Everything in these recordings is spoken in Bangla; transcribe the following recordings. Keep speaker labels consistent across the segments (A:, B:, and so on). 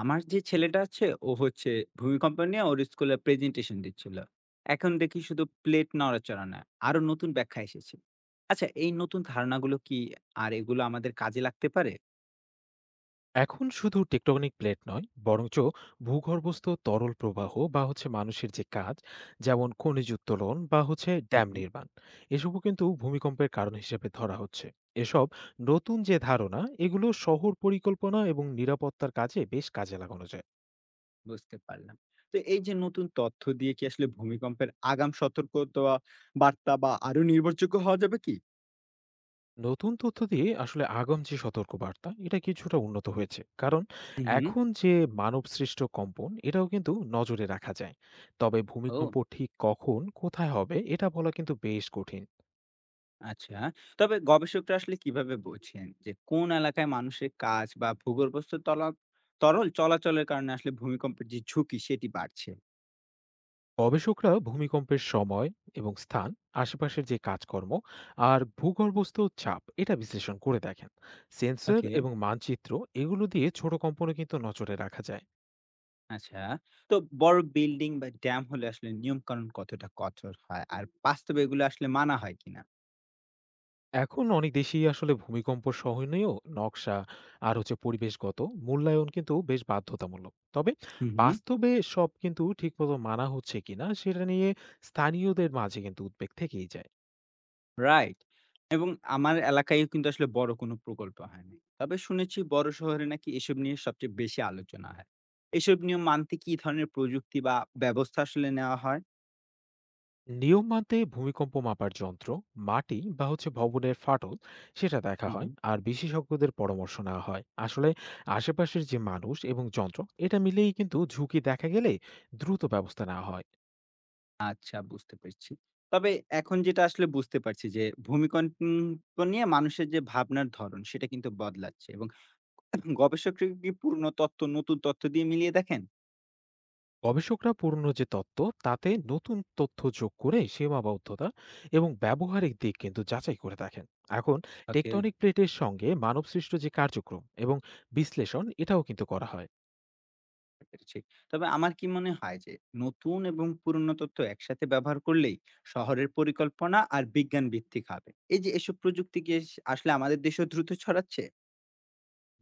A: আমার যে ছেলেটা আছে ও হচ্ছে ভূমিকম্প নিয়ে ওর স্কুলে প্রেজেন্টেশন দিচ্ছিল। এখন দেখি শুধু প্লেট নড়াচড়া না, আরো নতুন ব্যাখ্যা এসেছে। আচ্ছা, এই নতুন ধারণাগুলো কি আর এগুলো আমাদের কাজে লাগতে পারে?
B: এখন শুধু টেকটনিক প্লেট নয় বরঞ্চ ভূগর্ভস্থ তরল প্রবাহ বা মানুষের যে কাজ, যেমন খনিজ উত্তোলন বা
A: হুম
B: ড্যাম
A: হুম,
B: নির্মাণ, এসবও কিন্তু ভূমিকম্পের কারণ হিসেবে ধরা হচ্ছে। এসব নতুন যে ধারণা, এগুলো শহর পরিকল্পনা এবং নিরাপত্তার কাজে বেশ কাজে লাগানো যায়।
A: বুঝতে পারলাম। তো এই যে নতুন তথ্য দিয়ে কি আসলে ভূমিকম্পের আগাম সতর্ক দেওয়া বার্তা বা আরো নির্ভরযোগ্য হওয়া যাবে কি?
B: নতুন তথ্য দিয়ে আসলে আগাম যে সতর্কবার্তা, এটা কিছুটা উন্নত হয়েছে, কারণ
A: হুম হুম,
B: এখন যে মানবসৃষ্ট কম্পন, এটাও কিন্তু নজরে রাখা যায়। তবে
A: ও
B: ভূমিকম্প ঠিক কখন কোথায় হবে এটা বলা কিন্তু বেশ কঠিন।
A: আচ্ছা। তবে গবেষকরা আসলে কিভাবে বোঝেন যে কোন এলাকায় মানুষের কাজ বা ভূগর্ভস্থ তলা তরল চলাচলের কারণে আসলে ভূমিকম্পের যে ঝুঁকি সেটি বাড়ছে?
B: গবেষকরা ভূমিকম্পের সময় এবং স্থান, আশেপাশের যে কাজকর্ম, আর ভূগর্ভস্থ চাপ এটা বিশ্লেষণ করে দেখেন। সেন্সর
A: ওকে,
B: এবং মানচিত্র, এগুলো দিয়ে ছোট কম্পনও কিন্তু নজরে রাখা যায়।
A: আচ্ছা। তো বড় বিল্ডিং বা ড্যাম হলে আসলে নিয়মকানুন কতটা কঠোর হয়? আর বাস্তবে এগুলো আসলে মানা হয় কিনা?
B: এখন অনেক দেশেই আসলে ভূমিকম্প সহনীয় নকশা আর পরিবেশগত মূল্যায়ন কিন্তু বেশ বাধ্যতামূলক, তবে
A: হুম হুম,
B: বাস্তবে সব কিন্তু ঠিকমতো মানা হচ্ছে কিনা সেটা নিয়ে স্থানীয়দের মাঝে কিন্তু উদ্বেগ থেকেই যায়।
A: রাইট। এবং আমার এলাকায়ও কিন্তু আসলে বড় কোনো প্রকল্প হয়নি। তবে শুনেছি বড় শহরে নাকি এসব নিয়ে সবচেয়ে বেশি আলোচনা হয়। এসব নিয়ম মানতে কি ধরনের প্রযুক্তি বা ব্যবস্থা আসলে নেওয়া হয়?
B: নিয়ম মানতে ভূমিকম্প মাপার যন্ত্র, মাটি বা ভবনের ফাটল সেটা দেখা
A: হুম
B: হয়,
A: হুম,
B: আর বিশেষজ্ঞদের পরামর্শ নেওয়া হয় আসলে। আশেপাশের যে মানুষ এবং যন্ত্র, এটা মিলেই কিন্তু ঝুঁকি দেখা গেলে দ্রুত ব্যবস্থা নেওয়া হয়।
A: আচ্ছা, বুঝতে পেরেছি। তবে এখন যেটা আসলে বুঝতে পারছি যে ভূমিকম্প নিয়ে মানুষের যে ভাবনার ধরন সেটা কিন্তু বদলাচ্ছে, এবং গবেষকরা কি পুরনো তথ্য নতুন তথ্য দিয়ে মিলিয়ে দেখেন?
B: গবেষকরা পুরনো যে তত্ত্ব, তাতে নতুন তথ্য যোগ করে সীমাবদ্ধতা এবং ব্যবহারিক দিক কিন্তু যাচাই করে দেখেন। এখন
A: ওকে,
B: টেকটনিক প্লেটের সঙ্গে মানবসৃষ্ট যে কার্যক্রম এবং বিশ্লেষণ, এটাও কিন্তু করা হয়।
A: বুঝতে পেরেছি। তবে আমার কি মনে হয় যে নতুন এবং পুরনো তথ্য একসাথে ব্যবহার করলেই শহরের পরিকল্পনা আর বিজ্ঞান ভিত্তিক হবে। এই যে এসব প্রযুক্তি কি আসলে আমাদের দেশেও দ্রুত ছড়াচ্ছে?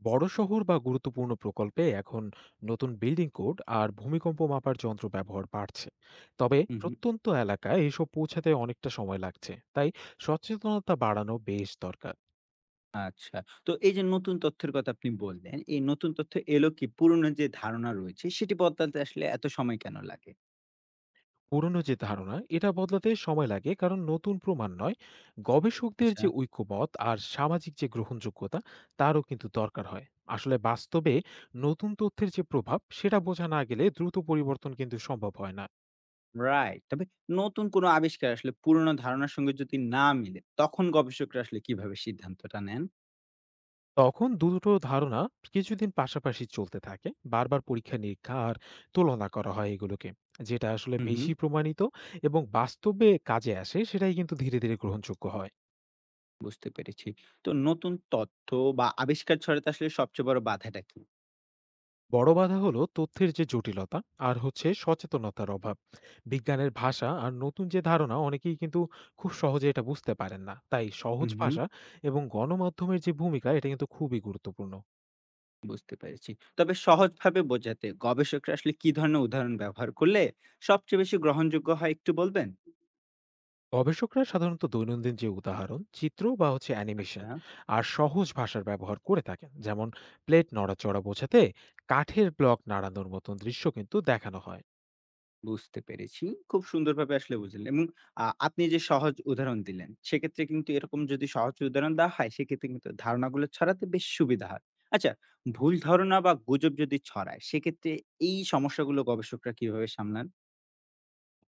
B: বড় শহর বা গুরুত্বপূর্ণ প্রকল্পে এখন নতুন বিল্ডিং কোড আর ভূমিকম্প মাপার যন্ত্র ব্যবহার বাড়ছে, তবে
A: হু, হু,
B: প্রত্যন্ত এলাকায় এসব পৌঁছাতে অনেকটা সময় লাগছে, তাই সচেতনতা বাড়ানো বেশ দরকার।
A: আচ্ছা। তো এই যে নতুন তথ্যের কথা আপনি বললেন, এই নতুন তথ্য এলো কি পুরনো যে ধারণা রয়েছে সেটি বদলাতে আসলে এত সময় কেন লাগে?
B: পুরনো যে ধারণা, এটা বদলাতে সময় লাগে, কারণ নতুন প্রমাণ নয়, গবেষকদের
A: আচ্ছা,
B: যে ঐক্যমত আর সামাজিক যে গ্রহণযোগ্যতা, তারও কিন্তু দরকার হয়। আসলে বাস্তবে নতুন তথ্যের যে প্রভাব, সেটা বোঝা না গেলে দ্রুত পরিবর্তন কিন্তু সম্ভব হয় না।
A: রাইট। তবে নতুন কোনো আবিষ্কার আসলে পুরনো ধারণার সঙ্গে যদি না মিলে তখন গবেষকরা আসলে কিভাবে সিদ্ধান্তটা নেন?
B: তখন দুটো ধারণা কিছুদিন পাশাপাশি চলতে থাকে, বারবার পরীক্ষা নিরীক্ষা আর তুলনা করা হয় এগুলোকে। যেটা আসলে
A: হুম, হুম,
B: বেশি প্রমাণিত এবং বাস্তবে কাজে আসে, সেটাই কিন্তু ধীরে ধীরে গ্রহণযোগ্য হয়।
A: বুঝতে পেরেছি। তো নতুন তথ্য বা আবিষ্কার ছড়াতে আসলে সবচেয়ে বড় বাধাটা কি?
B: বড় বাধা হলো তথ্যের যে জটিলতা আর সচেতনতার অভাব। বিজ্ঞানের ভাষা আর নতুন যে ধারণা অনেকেই কিন্তু খুব সহজে এটা বুঝতে পারেন না, তাই সহজ
A: হুম, হুম,
B: ভাষা এবং গণমাধ্যমের যে ভূমিকা, এটা কিন্তু খুবই গুরুত্বপূর্ণ।
A: বুঝতে পেরেছি। তবে সহজভাবে বোঝাতে গবেষকরা আসলে কি ধরনের উদাহরণ ব্যবহার করলে সবচেয়ে বেশি গ্রহণযোগ্য হয় একটু বলবেন?
B: গবেষকরা সাধারণত দৈনন্দিন যে উদাহরণ, চিত্র বা অ্যানিমেশন
A: আচ্ছা,
B: আর সহজ ভাষার ব্যবহার করে থাকেন, যেমন প্লেট নড়াচড়া বোঝাতে কাঠের ব্লক নাড়ানোর মতন দৃশ্য কিন্তু দেখানো হয়।
A: বুঝতে পেরেছি। খুব সুন্দরভাবে আসলে বুঝলেন। এবং আপনি যে সহজ উদাহরণ দিলেন, সেক্ষেত্রে কিন্তু এরকম যদি সহজ উদাহরণ দেওয়া হয়, সেক্ষেত্রে কিন্তু ধারণাগুলো ছড়াতে বেশ সুবিধা হয়। আচ্ছা, ভুল ধারণা বা গুজব যদি ছড়ায়, সেক্ষেত্রে এই সমস্যাগুলো গবেষকরা কিভাবে সামলান?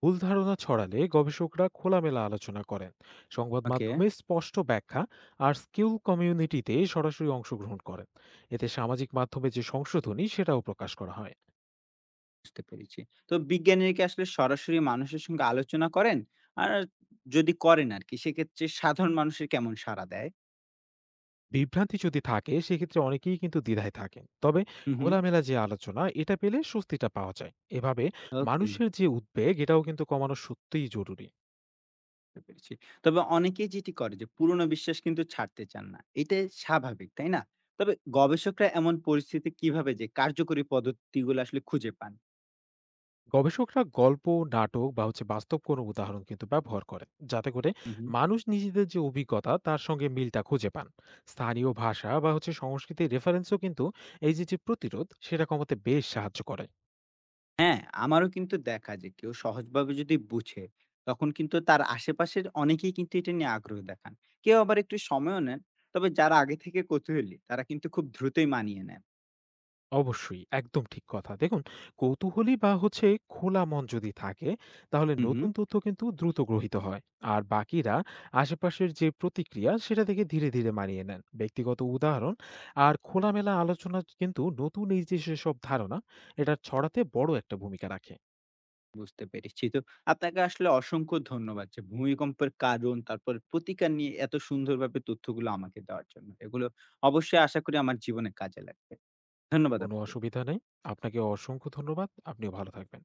B: ভুল ধারণা ছড়ালে গবেষকরা খোলামেলা আলোচনা করেন, সংবাদ
A: ওকে,
B: মাধ্যমে স্পষ্ট ব্যাখ্যা আর স্কিল কমিউনিটিতে সরাসরি অংশগ্রহণ করেন। এতে সামাজিক মাধ্যমে যে সংশোধনী, সেটাও প্রকাশ করা হয়।
A: বুঝতে পেরেছি। তো বিজ্ঞানীরা কি আসলে সরাসরি মানুষের সঙ্গে আলোচনা করেন? আর যদি করেন আরকি, সেক্ষেত্রে সাধারণ মানুষের কেমন সাড়া দেয়?
B: বিভ্রান্তি যদি থাকে সেক্ষেত্রে অনেকেই কিন্তু দ্বিধায় থাকেন, তবে
A: হু, হু,
B: খোলামেলা যে আলোচনা এটা পেলে স্বস্তিটা পাওয়া যায়। এভাবে
A: ওকে,
B: মানুষের যে উদ্বেগ, এটাও কিন্তু কমানো সত্যিই জরুরি।
A: বুঝতে পেরেছি। তবে অনেকেই যেটি করে যে পুরনো বিশ্বাস কিন্তু ছাড়তে চান না। এটা স্বাভাবিক, তাই না? তবে গবেষকরা এমন পরিস্থিতি কিভাবে যে কার্যকরী পদ্ধতিগুলো আসলে খুঁজে পান?
B: গবেষকরা গল্প, নাটক বা বাস্তব কোনো উদাহরণ কিন্তু ব্যবহার করেন, যাতে করে
A: হুম, হুম।
B: মানুষ নিজেদের যে অভিজ্ঞতা, তার সঙ্গে মিলটা খুঁজে পান। স্থানীয় ভাষা বা সংস্কৃতির রেফারেন্সও কিন্তু এই যে যে প্রতিরোধ, সেটা কমাতে বেশ সাহায্য করে।
A: হ্যাঁ, আমারও কিন্তু দেখা যে কেউ সহজভাবে যদি বুঝে, তখন কিন্তু তার আশেপাশের অনেকেই কিন্তু এটা নিয়ে আগ্রহ দেখান। কেউ আবার একটু সময়ও নেন। তবে যারা আগে থেকে কৌতূহলী, তারা কিন্তু খুব দ্রুতই মানিয়ে নেন।
B: অবশ্যই, একদম ঠিক কথা। দেখুন, কৌতূহলী বা খোলা মন যদি থাকে, তাহলে
A: হুম, হুম,
B: নতুন তথ্য কিন্তু দ্রুত গ্রহীত হয়। আর বাকিরা আশেপাশের যে প্রতিক্রিয়া, সেটা থেকে ধীরে ধীরে মানিয়ে নেন। ব্যক্তিগত উদাহরণ আর খোলামেলা আলোচনা কিন্তু নতুন এই যে সেসব ধারণা, এটা ছড়াতে বড় একটা ভূমিকা রাখে।
A: বুঝতে পেরেছি। তো আপনাকে আসলে অসংখ্য ধন্যবাদ যে ভূমিকম্পের কারণ, তারপর প্রতিকার নিয়ে এত সুন্দরভাবে তথ্যগুলো আমাকে দেওয়ার জন্য। এগুলো অবশ্যই আশা করি আমার জীবনে কাজে লাগবে। ধন্যবাদ
B: কোনো
A: আপনাকে।
B: অসুবিধা নেই। আপনাকে অসংখ্য ধন্যবাদ। আপনিও ভালো থাকবেন।